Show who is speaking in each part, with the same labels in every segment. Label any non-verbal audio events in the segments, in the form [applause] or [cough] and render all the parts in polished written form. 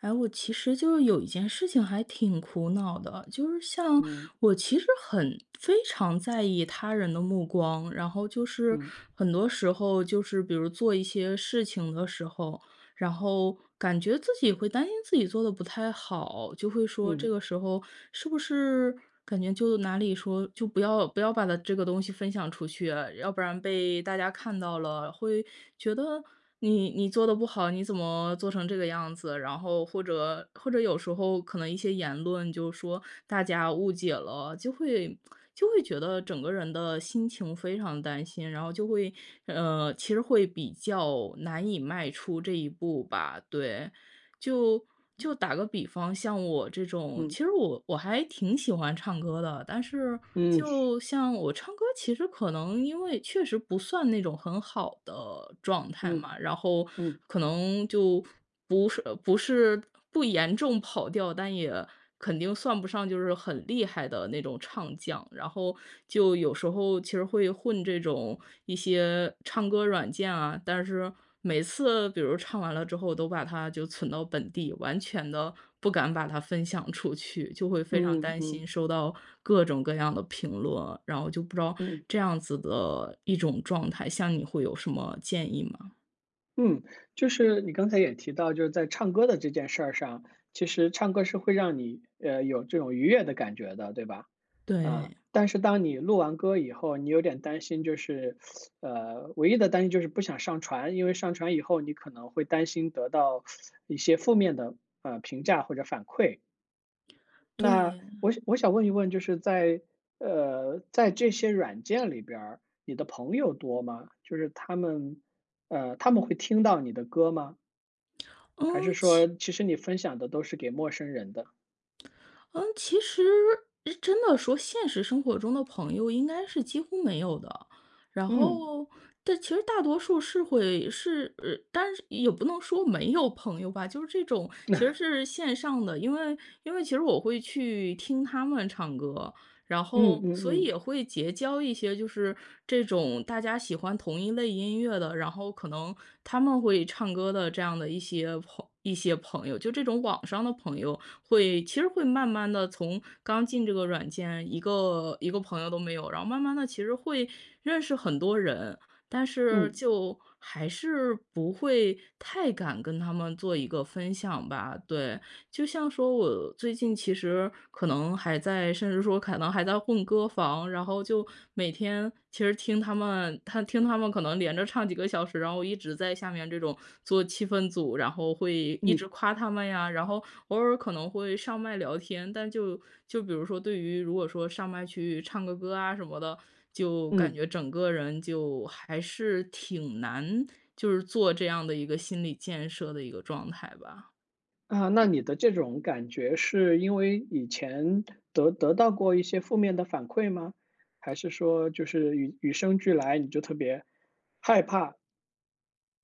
Speaker 1: 哎，我其实就是有一件事情还挺苦恼的，就是像
Speaker 2: 嗯
Speaker 1: 我其实很非常在意他人的目光，然后就是
Speaker 2: 嗯
Speaker 1: 很多时候就是比如做一些事情的时候，然后感觉自己会担心自己做的不太好，就会说这
Speaker 2: 嗯
Speaker 1: 个时候是不是感觉就哪里说就不要把它这个东西分享出去，要不然被大家看到了会觉得你做的不好，你怎么做成这个样子？然后或者有时候可能一些言论就说大家误解了，就会觉得整个人的心情非常担心，然后就会其实会比较难以迈出这一步吧。对，就就打个比方，像我这种，
Speaker 2: 嗯
Speaker 1: 其实我还挺喜欢唱歌的，但是
Speaker 2: 嗯
Speaker 1: 就像我唱歌，其实可能因为确实不算那种很好的状态
Speaker 2: 嗯
Speaker 1: 嘛，然后
Speaker 2: 嗯
Speaker 1: 可能就不是不是不严重跑调，但也。肯定算不上就是很厉害的那种唱将，然后就有时候其实会混这种一些唱歌软件啊，但是每次比如唱完了之后，都把它就存到本地，完全的不敢把它分享出去，就会非常
Speaker 2: 嗯
Speaker 1: 担
Speaker 2: 嗯
Speaker 1: 心收到各种各样的评论，然后就不知道
Speaker 2: 嗯
Speaker 1: 这样子的一种状态，像你会有什么建议吗？
Speaker 2: 嗯，就是你刚才也提到，就是在唱歌的这件事儿上，其实唱歌是会让你有这种愉悦的感觉的，对吧？
Speaker 1: 对，
Speaker 2: 但是当你录完歌以后，你有点担心，唯一的担心就是不想上传，因为上传以后你可能会担心得到一些负面的评价或者反馈。那
Speaker 1: 对，
Speaker 2: 我想我想问一问，就是在这些软件里边儿，你的朋友多吗？就是他们，他们会听到你的歌吗？还是
Speaker 1: 嗯，
Speaker 2: 说，
Speaker 1: 其
Speaker 2: 其实你分享的都是给陌生人的？
Speaker 1: 嗯，其实真的说现实生活中的朋友应该是几乎没有的，然
Speaker 2: 嗯
Speaker 1: 后但其实大多数是会是，但是也不能说没有朋友吧，就是这种其实是线上的，因为因为其实我会去听他们唱歌，然
Speaker 2: 嗯
Speaker 1: 后
Speaker 2: 嗯
Speaker 1: 所以也
Speaker 2: 嗯
Speaker 1: 会结交一些就是这种大家喜欢同一类音乐的，然后可能他们会唱歌的这样的一些朋友，就这种网上的朋友。会其实会慢慢的从刚进这个软件，一个一个朋友都没有，然后慢慢的其实会认识很多人，但是
Speaker 2: 嗯
Speaker 1: 就还是不会太敢跟他们做一个分享吧。对，就像说我最近其实可能还在甚至说可能还在混歌房，然后就每天其实听他们听他们可能连着唱几个小时，然后一直在下面这种做气氛组，然后会一直
Speaker 2: 嗯
Speaker 1: 夸他们呀，然后偶尔可能会上麦聊天，但就就比如说对于如果说上麦去唱个歌啊什么的，就感
Speaker 2: 嗯。
Speaker 1: 觉整个人就还是挺难，就是做这样的一个心理建设的一个状态吧。
Speaker 2: 那你的这种感觉是因为以前得到过一些负面的反馈吗？还是说就是与生俱来，你就特别害怕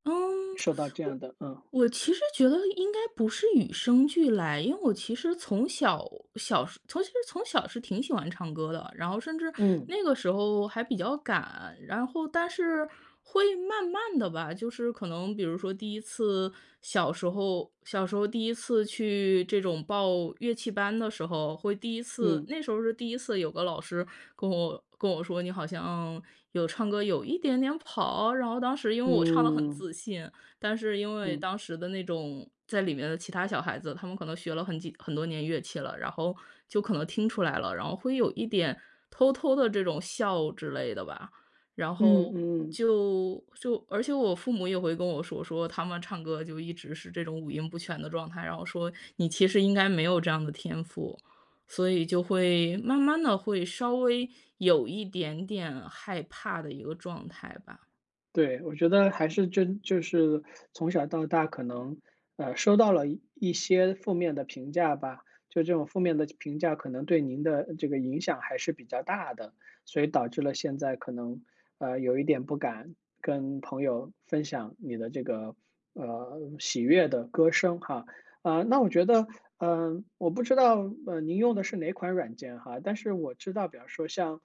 Speaker 1: 嗯，
Speaker 2: 受到
Speaker 1: [tsk]
Speaker 2: 这
Speaker 1: 我
Speaker 2: 样的？嗯
Speaker 1: 我其实觉得应该不是与生俱来，因为我其实从小小时从其实从小是挺喜欢唱歌的，然后甚至
Speaker 2: 嗯
Speaker 1: 那个时候还比较敢，然后但是会慢慢的吧，就是可能比如说第一次小时候小时候第一次去这种报乐器班的时候，会第一次
Speaker 2: 嗯。
Speaker 1: 那时候是第一次有个老师跟我说你好像有唱歌有一点点跑，然后当时因为我唱的很
Speaker 2: 嗯，
Speaker 1: 自信。但是因为
Speaker 2: 嗯，
Speaker 1: 当时的那种在里面的其他小孩子，他们可能学了很多年乐器了，然后就可能听出来了，然后会有一点偷偷的这种笑之类的吧。然
Speaker 2: 嗯
Speaker 1: 后
Speaker 2: 嗯，
Speaker 1: 而且我父母也会跟我说，说他们唱歌就一直是这种五音不全的状态，然后说你其实应该没有这样的天赋，所以就会慢慢的会稍微有一点点害怕的一个状态吧。
Speaker 2: 对，我觉得还是就是从小到大可能，收到了一些负面的评价吧，就这种负面的评价可能对您的这个影响还是比较大的，所以导致了现在可能，有一点不敢跟朋友分享你的这个，喜悦的歌声哈。那我觉得，我不知道，您用的是哪款软件哈，但是我知道，比方说像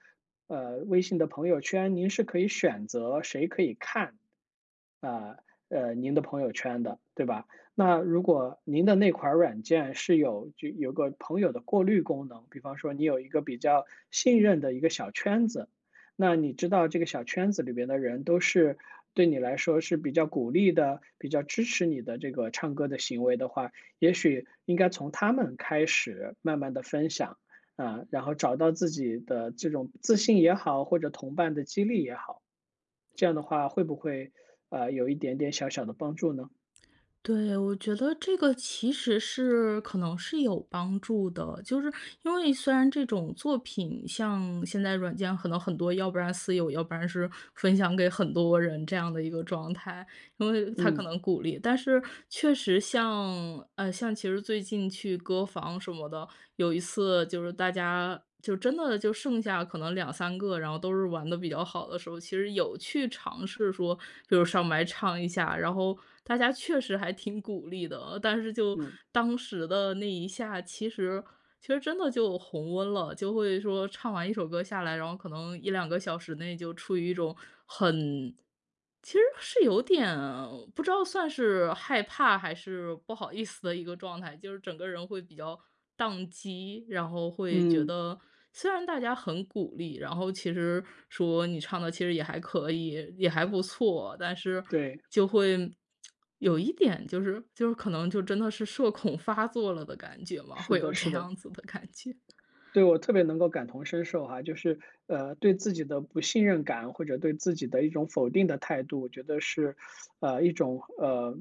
Speaker 2: 呃，微信的朋友圈，您是可以选择谁可以看，啊，您的朋友圈的，对吧？那如果您的那款软件是有个朋友的过滤功能，比方说你有一个比较信任的一个小圈子，那你知道这个小圈子里边的人都是对你来说是比较鼓励的、比较支持你的这个唱歌的行为的话，也许应该从他们开始慢慢的分享。然后找到自己的这种自信也好，或者同伴的激励也好，这样的话会不会，有一点点小小的帮助呢？
Speaker 1: 对，我觉得这个其实是可能是有帮助的，就是因为虽然这种作品像现在软件可能很多，要不然私有，要不然是分享给很多人这样的一个状态，因为他可
Speaker 2: 嗯，
Speaker 1: 能鼓励，但是确实像像其实最近去歌房什么的，有一次就是大家就真的就剩下可能两三个，然后都是玩的比较好的时候，其实有去尝试说，比如上麦唱一下，然后大家确实还挺鼓励的。但是就
Speaker 2: 嗯，
Speaker 1: 当时的那一下，其实真的就红温了，就会说唱完一首歌下来，然后可能一两个小时内就处于一种很其实是有点不知道算是害怕还是不好意思的一个状态，就是整个人会比较宕机，然后会觉
Speaker 2: 嗯，
Speaker 1: 得虽然大家很鼓励，然后其实说你唱的其实也还可以，也还不错，但是
Speaker 2: 对，
Speaker 1: 就会有一点就是可能就真的是社恐发作了的感觉嘛，
Speaker 2: 是
Speaker 1: 会
Speaker 2: 的
Speaker 1: 有这
Speaker 2: 是的。
Speaker 1: 样子的感觉。
Speaker 2: 对，我特别能够感同身受哈，就是对自己的不信任感或者对自己的一种否定的态度，我觉得是，呃，一种呃，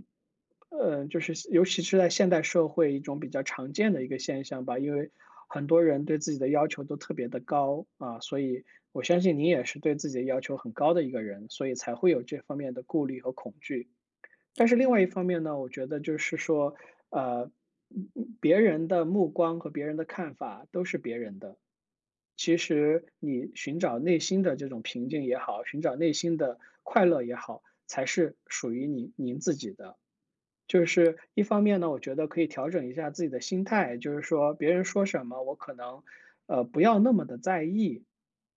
Speaker 2: 就是尤其是在现代社会一种比较常见的一个现象吧，因为很多人对自己的要求都特别的高啊，所以我相信您也是对自己的要求很高的一个人，所以才会有这方面的顾虑和恐惧。但是另外一方面呢，我觉得就是说，呃，别人的目光和别人的看法都是别人的。其实你寻找内心的这种平静也好，寻找内心的快乐也好，才是属于您自己的。就是一方面呢，我觉得可以调整一下自己的心态，就是说别人说什么，我可能不要那么的在意。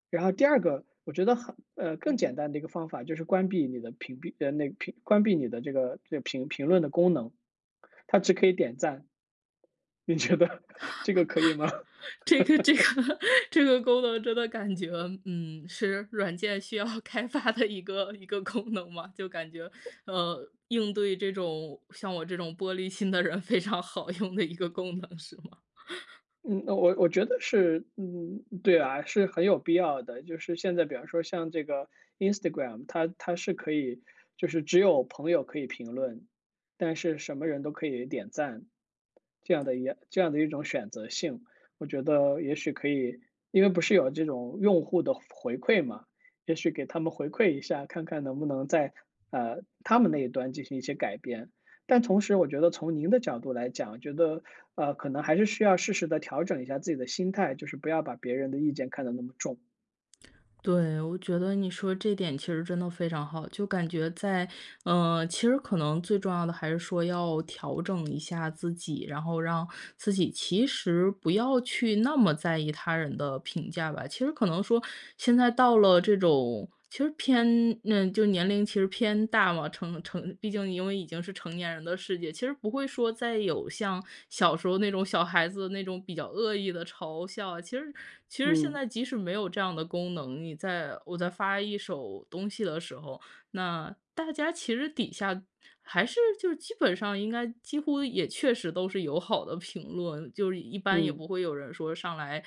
Speaker 2: 然后第二个，我觉得更简单的一个方法就是关闭你的屏蔽呃，那个屏关闭你的这个评论的功能，它只可以点赞，你觉得 [laughs] 这个可以吗？
Speaker 1: 这个 [laughs] 这个功能真的感觉，嗯，是软件需要 [laughs] 开发的一个功能嘛？就感觉，呃，应对这种像我这种玻璃心的人非常好用的一个功能，是吗？
Speaker 2: 嗯，那我觉得是，嗯，对啊，是很有必要的。就是现在，比方说像这个 Instagram,它是可以，就是只有朋友可以评论，但是什么人都可以点赞，这样的一种选择性，我觉得也许可以，因为不是有这种用户的回馈嘛，也许给他们回馈一下，看看能不能在他们那一端进行一些改变。但同时我觉得从您的角度来讲，觉得，可能还是需要适时的调整一下自己的心态，就是不要把别人的意见看得那么重。
Speaker 1: 对，我觉得你说这点其实真的非常好，就感觉在，嗯、其实可能最重要的还是说要调整一下自己，然后让自己其实不要去那么在意他人的评价吧。其实可能说现在到了这种。其实偏嗯，就年龄其实偏大嘛，毕竟因为已经是成年人的世界，其实不会说再有像小时候那种小孩子那种比较恶意的嘲笑啊。其实其实现
Speaker 2: 嗯，
Speaker 1: 在即使没有这样的功能，我在发一首东西的时候，那大家其实底下还是就是基本上应该几乎也确实都是友好的评论，就是一般也
Speaker 2: 嗯，
Speaker 1: 不会有人说上来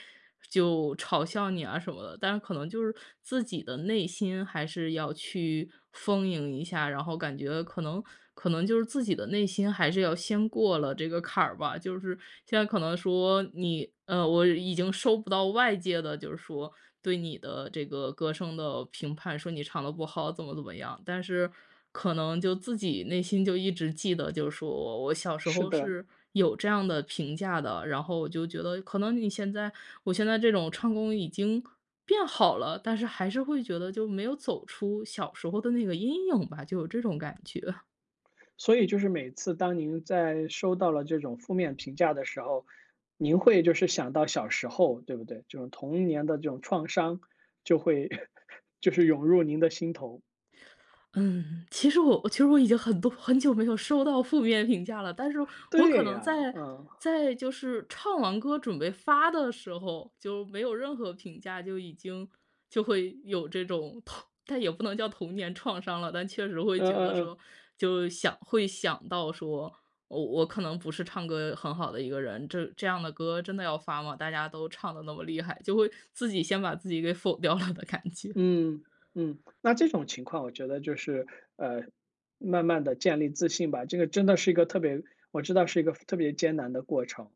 Speaker 1: 就嘲笑你啊什么的。但是可能就是自己的内心还是要去丰盈一下，然后感觉可能可能就是自己的内心还是要先过了这个坎儿吧。就是现在可能说你我已经收不到外界的，就是说。对你的这个歌声的评判，说你唱的不好，怎么怎么样。但是可能就自己内心就一直记得，就是说我小时
Speaker 2: 是
Speaker 1: 候
Speaker 2: 的。
Speaker 1: 是有这样的评价的，然后我就觉得可能你现在我现在这种唱功已经变好了，但是还是会觉得就没有走出小时候的那个阴影吧，就有这种感觉。
Speaker 2: 所以就是每次当您在收到了这种负面评价的时候，您会就是想到小时候，对不对？这种童年的这种创伤就会 [laughs] 就是涌入您的心头。
Speaker 1: 嗯，其实我其实我已经很多很久没有收到负面评价了，但是我可
Speaker 2: 对
Speaker 1: 能
Speaker 2: 呀，
Speaker 1: 在
Speaker 2: 嗯，
Speaker 1: 在就是唱完歌准备发的时候，就没有任何评价，就已经就会有这种童但也不能叫童年创伤了，但确实会
Speaker 2: 嗯
Speaker 1: 觉
Speaker 2: 嗯
Speaker 1: 得
Speaker 2: 嗯。
Speaker 1: 说，就想会想到说，我可能不是唱歌很好的一个人，这样的歌真的要发吗？大家都唱的那么厉害，就会自己先把自己给否掉了的感觉。
Speaker 2: 嗯那这种情况我觉得就是，呃，慢慢的建立自信吧，这个真的是一个特别我知道是一个特别艰难的过程。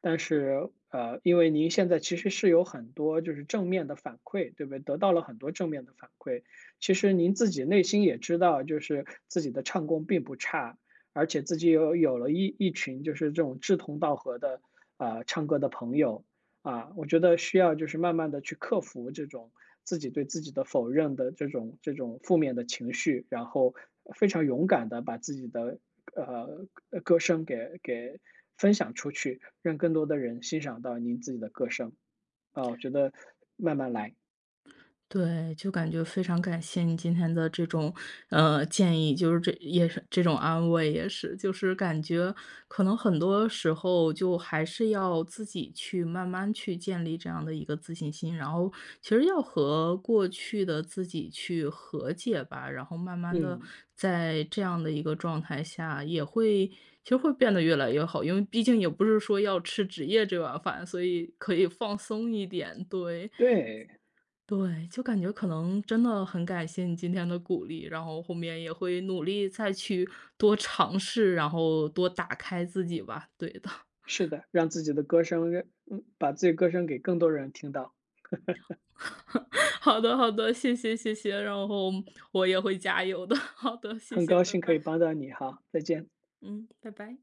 Speaker 2: 但是，因为您现在其实是有很多就是正面的反馈，对不对？得到了很多正面的反馈，其实您自己内心也知道，就是自己的唱功并不差，而且自己有了一群就是这种志同道合的唱歌的朋友。我觉得需要就是慢慢的去克服这种自己对自己的否认的这种负面的情绪，然后非常勇敢的把自己的，歌声给分享出去，让更多的人欣赏到您自己的歌声。我觉得慢慢来，
Speaker 1: 对，就感觉非常感谢你今天的这种，呃，建议，就是这也是这种安慰，也是，就是感觉可能很多时候就还是要自己去慢慢去建立这样的一个自信心，然后其实要和过去的自己去和解吧，然后慢慢的
Speaker 2: 嗯，
Speaker 1: 在这样的一个状态下，也会其实会变得越来越好，因为毕竟也不是说要吃职业这碗饭，所以可以放松一点，对。
Speaker 2: 对，
Speaker 1: 对，就感觉可能真的很感谢你今天的鼓励，然后后面也会努力再去多尝试，然后多打开自己吧。对的，
Speaker 2: 是的，让自己的歌声让嗯，把自己歌声给更多人听到，
Speaker 1: [laughs] 好的好的，谢谢谢谢，然后我也会加油的。[laughs] 好的，谢
Speaker 2: 很
Speaker 1: 谢，
Speaker 2: 高
Speaker 1: 拜
Speaker 2: 兴可以帮
Speaker 1: 拜。
Speaker 2: 到你哈，再见。
Speaker 1: 嗯，拜拜。